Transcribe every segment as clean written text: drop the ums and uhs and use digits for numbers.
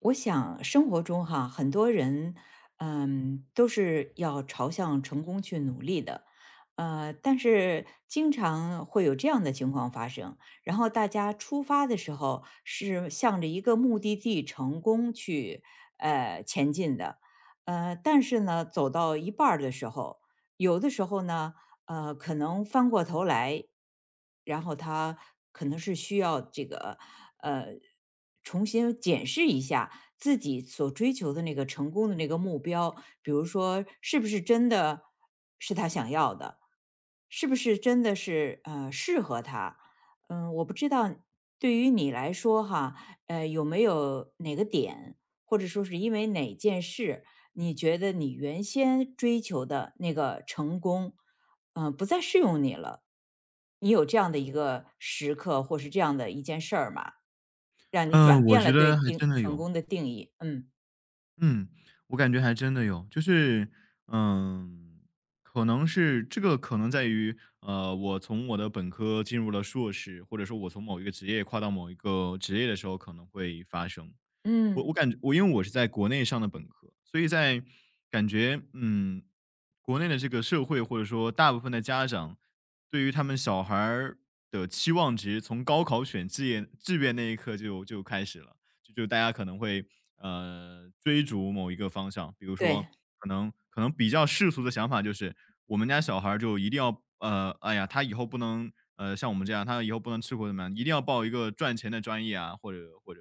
我想生活中哈，很多人，都是要朝向成功去努力的。但是经常会有这样的情况发生，然后大家出发的时候是向着一个目的地成功去，前进的。但是呢，走到一半儿的时候，有的时候呢，可能翻过头来，然后他可能是需要这个呃重新检视一下自己所追求的那个成功的那个目标，比如说是不是真的是他想要的，是不是真的是适合他？我不知道对于你来说哈，有没有哪个点，或者说是因为哪件事，你觉得你原先追求的那个成功？不再适用你了。你有这样的一个时刻，或是这样的一件事儿吗？让你嗯，转我变觉了对得还定真的成有，功的定义。嗯。嗯，我感觉还真的有，就是，嗯，可能是这个可能在于，我从我的本科进入了硕士，或者说我从某一个职业跨到某一个职业的时候可能会发生。我嗯，感觉我因为我是在国内上的本科，所以在感觉国内的这个社会或者说大部分的家长对于他们小孩儿的期望值，从高考选志愿那一刻就开始了，大家可能会追逐某一个方向，比如说对。可能比较世俗的想法就是我们家小孩儿就一定要哎呀，他以后不能像我们这样，他以后不能吃苦怎么样，一定要报一个赚钱的专业啊，或者。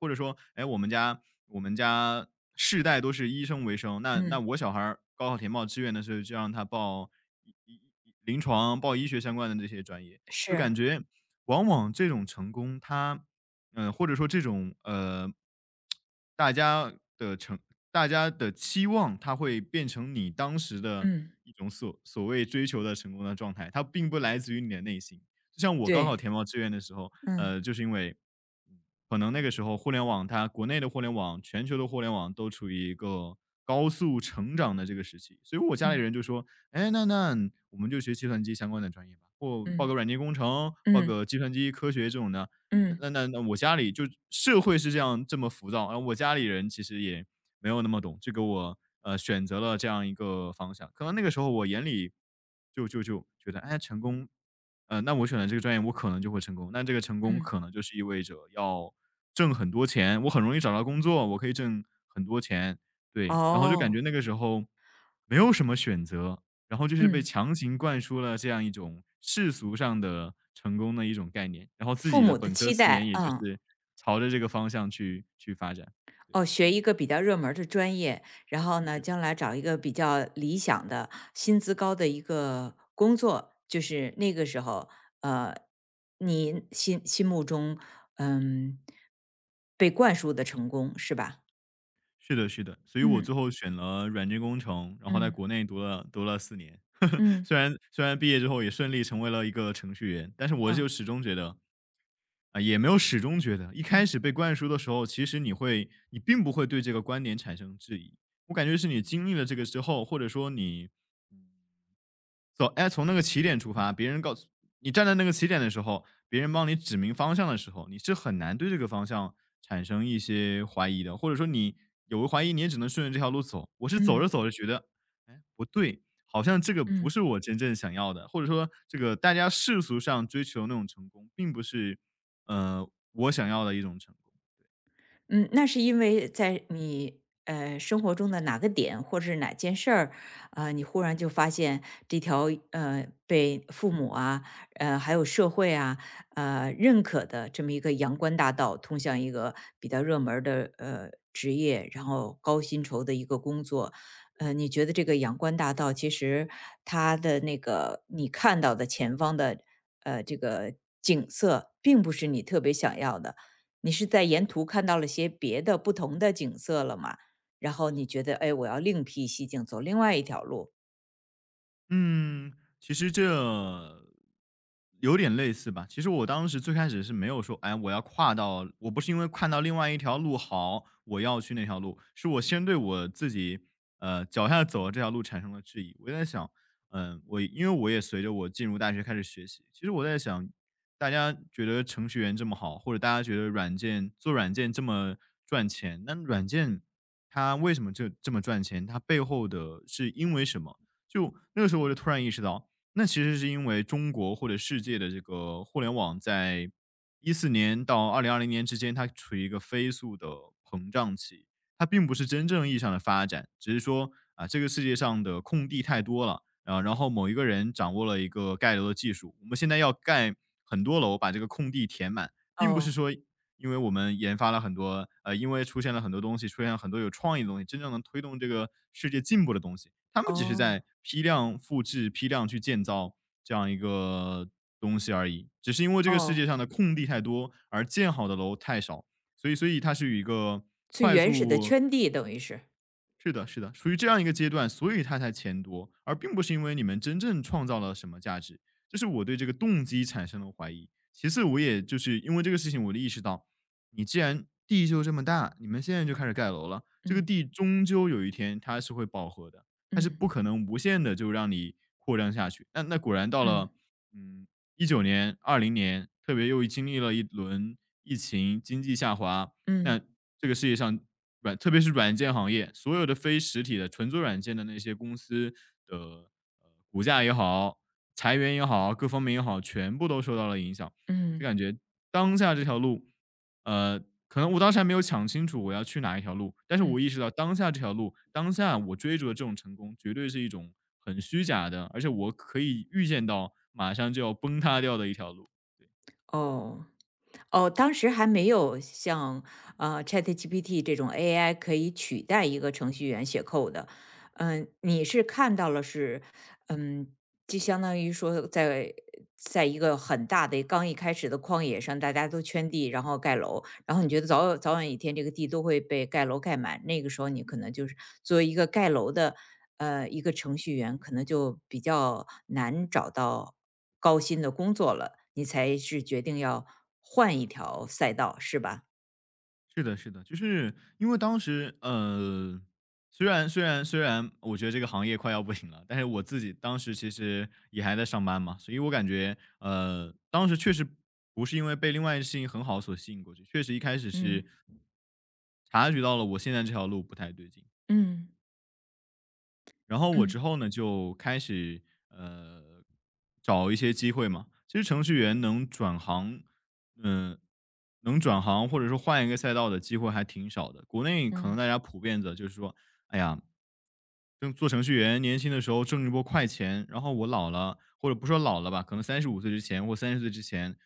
或者说，哎，我们家世代都是医生为生，那嗯，我小孩儿高考填报志愿的时候，就让他报医医医临床、报医学相关的这些专业，就是。感觉往往这种成功，或者说这种大家的成大家的期望，它会变成你当时的嗯，一种所谓追求的成功的状态，它并不来自于你的内心。就像我高考对。填报志愿的时候，嗯。就是因为可能那个时候互联网它国内的互联网、全球的互联网都处于一个高速成长的这个时期，所以我家里嗯。人就说："哎，那我们就学计算机相关的专业吧，或报个嗯。软件工程，报嗯。个计算机科学这种的。"嗯。那我家里就社会是这样这么浮躁，然后我家里人其实也没有那么懂，就给我选择了这样一个方向。可能那个时候我眼里就觉得，哎，成功那我选了这个专业我可能就会成功，那这个成功嗯。可能就是意味着要挣很多钱，我很容易找到工作，我可以挣很多钱，对。然后就感哦。觉那个时候没有什么选择，然后就是被嗯，强行灌输了这样一种世俗上的成功的一种概念，然后自父己的母的本科期四年待。也就嗯。是朝着这个方向去发展。对，哦，学一个比较热门儿的专业，然后呢，将来找一个比较理想的、薪资高的一个工作。就是那个时候，呃，你心目中，嗯，被灌输的成功是吧？是的是的，所以我最嗯。后选了软件工程，然后在嗯。国内读了四年。嗯。虽然毕业之后也顺利成为了一个程序员，但是我就啊。始终觉得，也没有始终觉得，一开嗯。始被灌输的时候，其实你并不会对这个观点产生质疑。我感觉是你经历了这个之后，或者说哎，从那个起点出发，别人告诉你站在那个起点的时候，别人帮你指明方向的时候，你是很难对这个方向产生一些怀疑的，或者说你有个怀疑，你也只能顺着这条路走。我是走着嗯。走着觉得，哎，不对，好像这个不嗯。是我真正想要的，或者说这个大家世俗上追求那种成功，并不是呃我想要的一种成功。嗯，那是因为在你生活中的哪个点，或者是哪件事儿，你忽然就发现这条被父母啊，还有社会啊，认可的这么一个阳关大道，通向一个比较热门儿的职业，然后高薪酬的一个工作。你觉得这个阳关大道其实它的那个你看到的前方的这个景色，并不是你特别想要的。你是在沿途看到了些别的不同的景色了吗？然后你觉得，哎，我要另辟蹊径，走另外一条路。嗯，其实这有点类似吧。其实我当时最开始是没有说，哎，我要跨到，我不是因为看到另外一条路好，我要去那条路，是我先对我自己，脚下走的这条路产生了质疑。我在想，我因为我也随着我进入大学开始学习，其实我在想，大家觉得程序员这么好，或者大家觉得做软件这么赚钱，那软件它为什么这么赚钱？它背后的是因为什么？就那个时候我就突然意识到，那其实是因为中国或者世界的这个互联网在14年到2020年之间，它处于一个飞速的膨胀期。它并不是真正意义上的发展，只是说啊，这个世界上的空地太多了，啊，然后某一个人掌握了一个盖楼的技术，我们现在要盖很多楼，把这个空地填满。并不是哦。说因为我们研发了很多，因为出现了很多东西，出现了很多有创意的东西，真正能推动这个世界进步的东西。他们只是哦。在批量复制、批量去建造这样一个东西而已，只是因为这个世界哦，上的空地太多，而建好的楼太少，所以它是有一个最快原始的速圈地等于是。是的，是的，属于这样一个阶段，所以他才钱多，而并不是因为你们真正创造了什么价值。这是我对这个动机产生了怀疑。其次，我也就是因为这个事情，我就意识到，你既然地就这么大，你们现在就开始盖楼了，这个嗯。地终究有一天它是会饱和的，它是嗯。不可能无限的就让你扩张下去。那果然到嗯。了，嗯，19年、二零年，特别又经历了一轮疫情、经济下滑，嗯。那这个世界上特别是软件行业，所有的非实体的纯做软件的那些公司的，股价也好，裁员也好，各方面也好，全部都受到了影响。我嗯。就嗯。感觉当下这条路，呃，可能我当时还没有想清楚我要去哪一条路，但是我嗯。意识到当下这条路，当下我追逐的这种成功绝对是一种很虚假的，而且我可以预见到马上就要崩塌掉的一条路。哦。哦，当时还没有像ChatGPT 这种 AI 可以取代一个程序员写 code 的。嗯，你是看到了是。嗯，就相当于说在一个很大的刚一开始的旷野上，大家都圈地，然后盖楼，然后你觉得早早晚一天这个地都会被盖楼盖满，那个时候你可能就是作为一个盖楼的一个程序员，可能就比较难找到高薪的工作了。你才是决定要换一条赛道，是吧？是的，是的，就是因为当时，虽然我觉得这个行业快要不行了，但是我自己当时其实也还在上班嘛，所以我感觉，当时确实不是因为被另外一件事情很好所吸引过去，确实一开始是嗯。察觉到了我现在这条路不太对劲，嗯。然后我之嗯。后呢，就开始呃找一些机会嘛。其实程序员能转行，嗯、或者说换一个赛道的机会还挺少的。国内可能嗯。大家普遍的就是说哎呀，就做程序员，年轻的时候挣一波快钱，然后我老了，或者不说老了吧，可能35岁之前或30岁之前，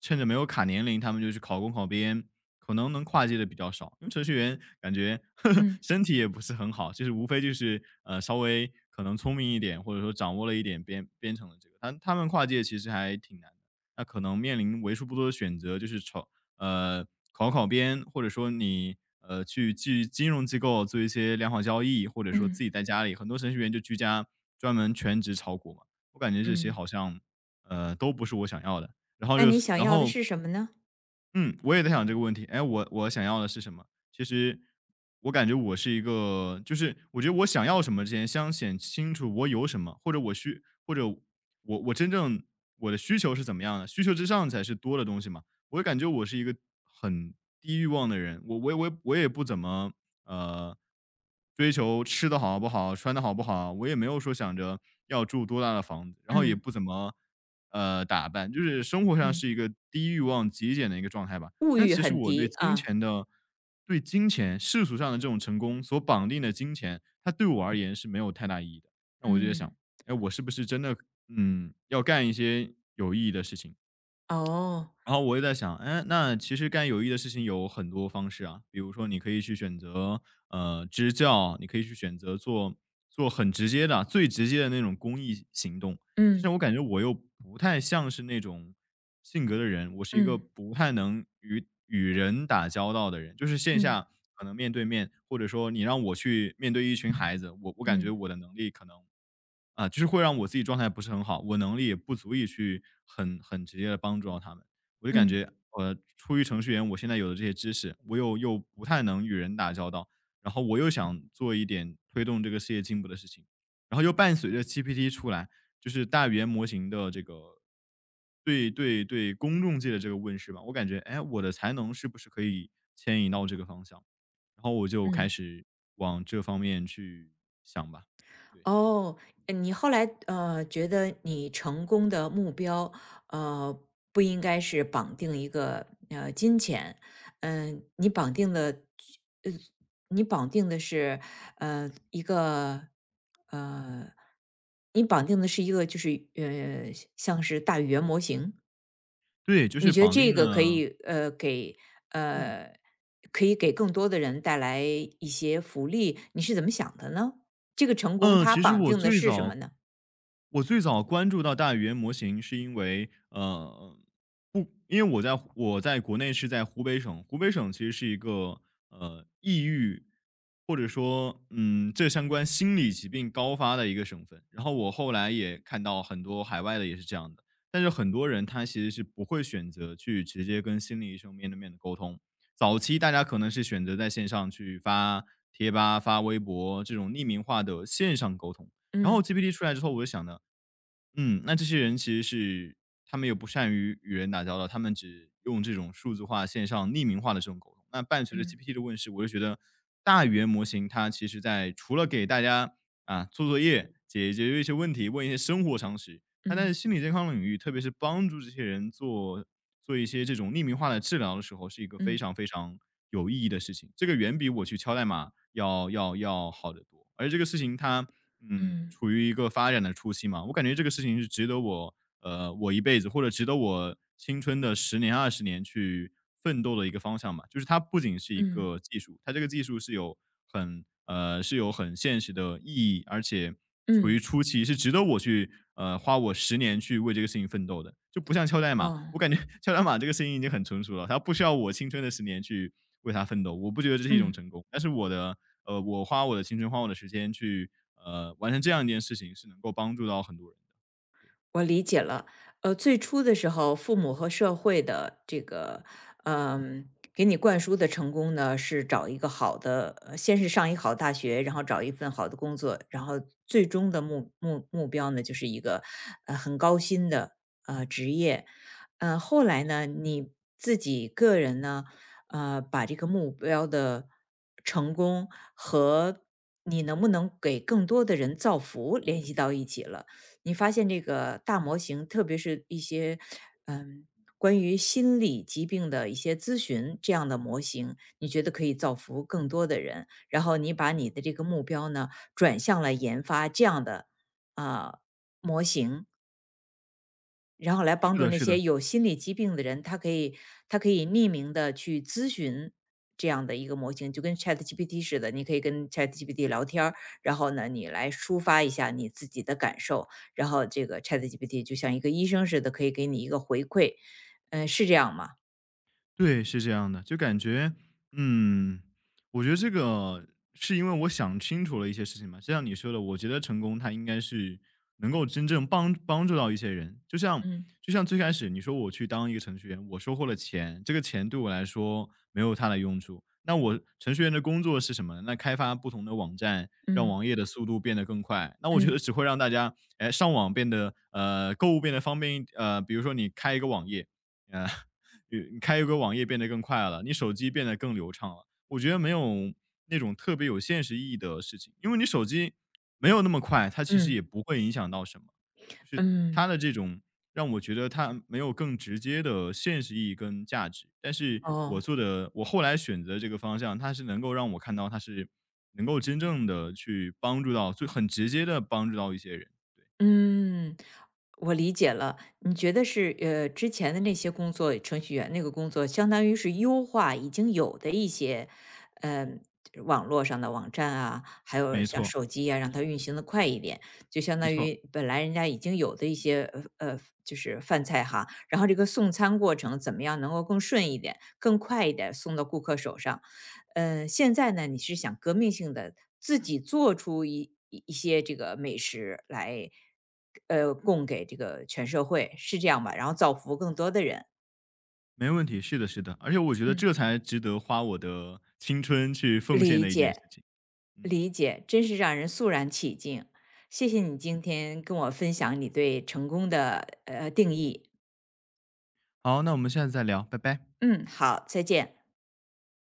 趁着没有卡年龄，他们就去考公考编，可能能跨界的比较少。因为程序员感觉 嗯。 身体也不是很好，就是无非就是稍微可能聪明一点，或者说掌握了一点编程的这个，他们跨界其实还挺难的。那可能面临为数不多的选择，就是朝呃考编，或者说你去金融机构做一些良好交易，或者说嗯。自己在家里，很多程序员就居家专门全职炒股嘛。我感觉这些嗯。好像都不是我想要的。然后那就你是想然要的后是什么呢？嗯，我也在想这个问题。哎，我想要的是什么？其实我感觉我是一个，就是我觉得我想要什么之前，先想清楚我有什么，或者我真正我的需求是怎么样的，需求之上才是多的东西嘛。我感觉我是一个很低欲望的人，我不怎么呃，追求吃的好不好，穿的好不好，我也没有说想着要住多大的房子，然后也嗯，不怎么，打扮，就是生活上嗯是一个低欲望极简的一个状态吧。物那欲其实很我对低金啊。钱的对金钱世俗上的这种成功所绑定的金钱，它对我而言是没有太大意义的。那我就在嗯。想，哎，我是不是真的，嗯，要干一些有意义的事情？哦。然后我也在想，哎，那其实干有益的事情有很多方式啊，比如说你可以去选择支教，你可以去选择做很直接的啊、最直接的那种公益行动。但是我嗯。感觉我又不太像是那种性格的人，我是一个嗯。不太能与人打交道的人，就是线嗯。下可能面对面，或者说你让我去面对一群孩子，我感觉嗯。我的能力可能啊，就是会让我自己状态不是很好，我能力也不足以去很直接的帮助到他们。我就感嗯。嗯。觉，呃，出于程序员，我现在有的这些知识，我又不太能与人打交道，然后我又想做一点推动这个世界进步的事情，然后又伴随着 GPT 出来，就是大语言模型的这个对公众界的这个问世吧，我感觉，哎，我的才能是不是可以牵引到这个方向？然后我就开嗯。始往这方面去想吧。对哦。你后来觉得你成功的目标呃不应该是绑定一个金钱。嗯、你绑定的呃你绑定的是呃一个呃你绑定的是一个就是像是大语言模型。对，就你是觉得绑这定个可了以，嗯呃，可以给更多的人带来一些福利。你是怎么想的呢？这个成功嗯，它其实绑定的是什么呢？我最早关注到大语言模型是因为，呃，不，因为我在国内是在湖北省，湖北省其实是一个呃抑郁或者说嗯这相关心理疾病高发的一个省份。然后我后来也看到很多海外的也是这样的，但是很多人他其实是不会选择去直接跟心理医生面对面的沟通。早期大家可能是选择在线上去发贴吧、发微博这种匿名化的线上沟通。然后 嗯。 GPT 出来之后，我就想呢，嗯，那这些人其实是他们又不善于与人打交道，他们只用这种数字化、线上匿名化的这种沟通。那伴随着 嗯。 GPT 的问世，我就觉得大语言模型它其实在除了给大家啊做作业、解决一些问题、问一些生活常识，它在嗯。心理健康领域，特别是帮助这些人做一些这种匿名化的治疗的时候，是一个非嗯。常非常有意义的事情。这个远比我去敲代码要好得多。而这个事情它，嗯，嗯。处于一个发展的初期嘛，我感觉这个事情是值得我，呃，我一辈子或者值得我青春的10年、20年去奋斗的一个方向嘛。就是它不仅是一嗯。个技术，它这个技术是有很呃，是有很现实的意义，而且处于嗯。初期，是值得我去呃，花我十年去为这个事情奋斗的。就不像敲代码，哦。我感觉 敲代码这个事情已经很成熟了，它不需要我青春的十年去为它奋斗，我不觉得这是一种嗯。成功。但是我的呃，我花我的青春，花我的时间去，呃，完成这样一件事情，是能够帮助到很多人的，对。我理解了。最初的时候，父母和社会的这个，嗯，给你灌输的成功呢，是找一个好的，先是上一好大学，然后找一份好的工作，然后最终的目标呢，就是一个很高薪的职业。后来呢，你自己个人呢，把这个目标的成功和你能不能给更多的人造福联系到一起了。你发现这个大模型，特别是一些嗯关于心理疾病的一些咨询这样的模型，你觉得可以造福更多的人，然后你把你的这个目标呢转向了研发这样的啊、模型，然后来是帮助的那是些的。有心理疾病的人，他可以匿名的去咨询这样的一个模型，就跟 ChatGPT 似的，你可以跟 ChatGPT 聊天儿。然后呢，你来抒发一下你自己的感受，然后这个 ChatGPT 就像一个医生似的，可以给你一个回馈。嗯、是这样吗？对，是这样的，就感觉，嗯，我觉得这个是因为我想清楚了一些事情嘛。就像你说的，我觉得成功它应该是能够真正帮助到一些人。嗯。就像最开始你说我去当一个程序员，我收获了钱，这个钱对我来说没有它的用处。那我程序员的工作是什么呢？那开发不同的网站，让嗯。网页的速度变得更快。那我觉嗯。得只会让大家，哎，上网变得呃，购物变得方便一。呃，比如说你开一个网页，呃，你开一个网页变得更快了，你手机变得更流畅了。我觉得没有那种特别有现实意义的事情，因为你手机没有那么快，它其实嗯。也不会影响到什么。就是它嗯。的这种让我觉得它没有更直接的现实意义跟价值。但是我哦。做的我后来选择这个方向，它是能够让我看到它是能够真正的去帮助到很直接的帮助到一些人。嗯，我理解了。你觉得是之前的那些工作，程序员那个工作，相当于是优化已经有的一些，呃，网络上的网站啊，还有没像错，手机啊，让它运行的快一点，就相没当错。于本来人家已经有的一些呃呃，就是饭菜哈，然后这个送餐过程怎么样能够更顺一点、更快一点送到顾客手上。现在呢，你是想革命性的自己做出一些这个美食来，供给这个全社会，是这样吧？然后造福更多的人。没问题，是的，是的，而且我觉得嗯。这才值得花我的青春去奉献理的一件事解，情。嗯，理解，真是让人肃然起敬。谢谢你今天跟我分享你对成功的，定义。好，那我们下次再聊，拜拜。嗯，好，再见。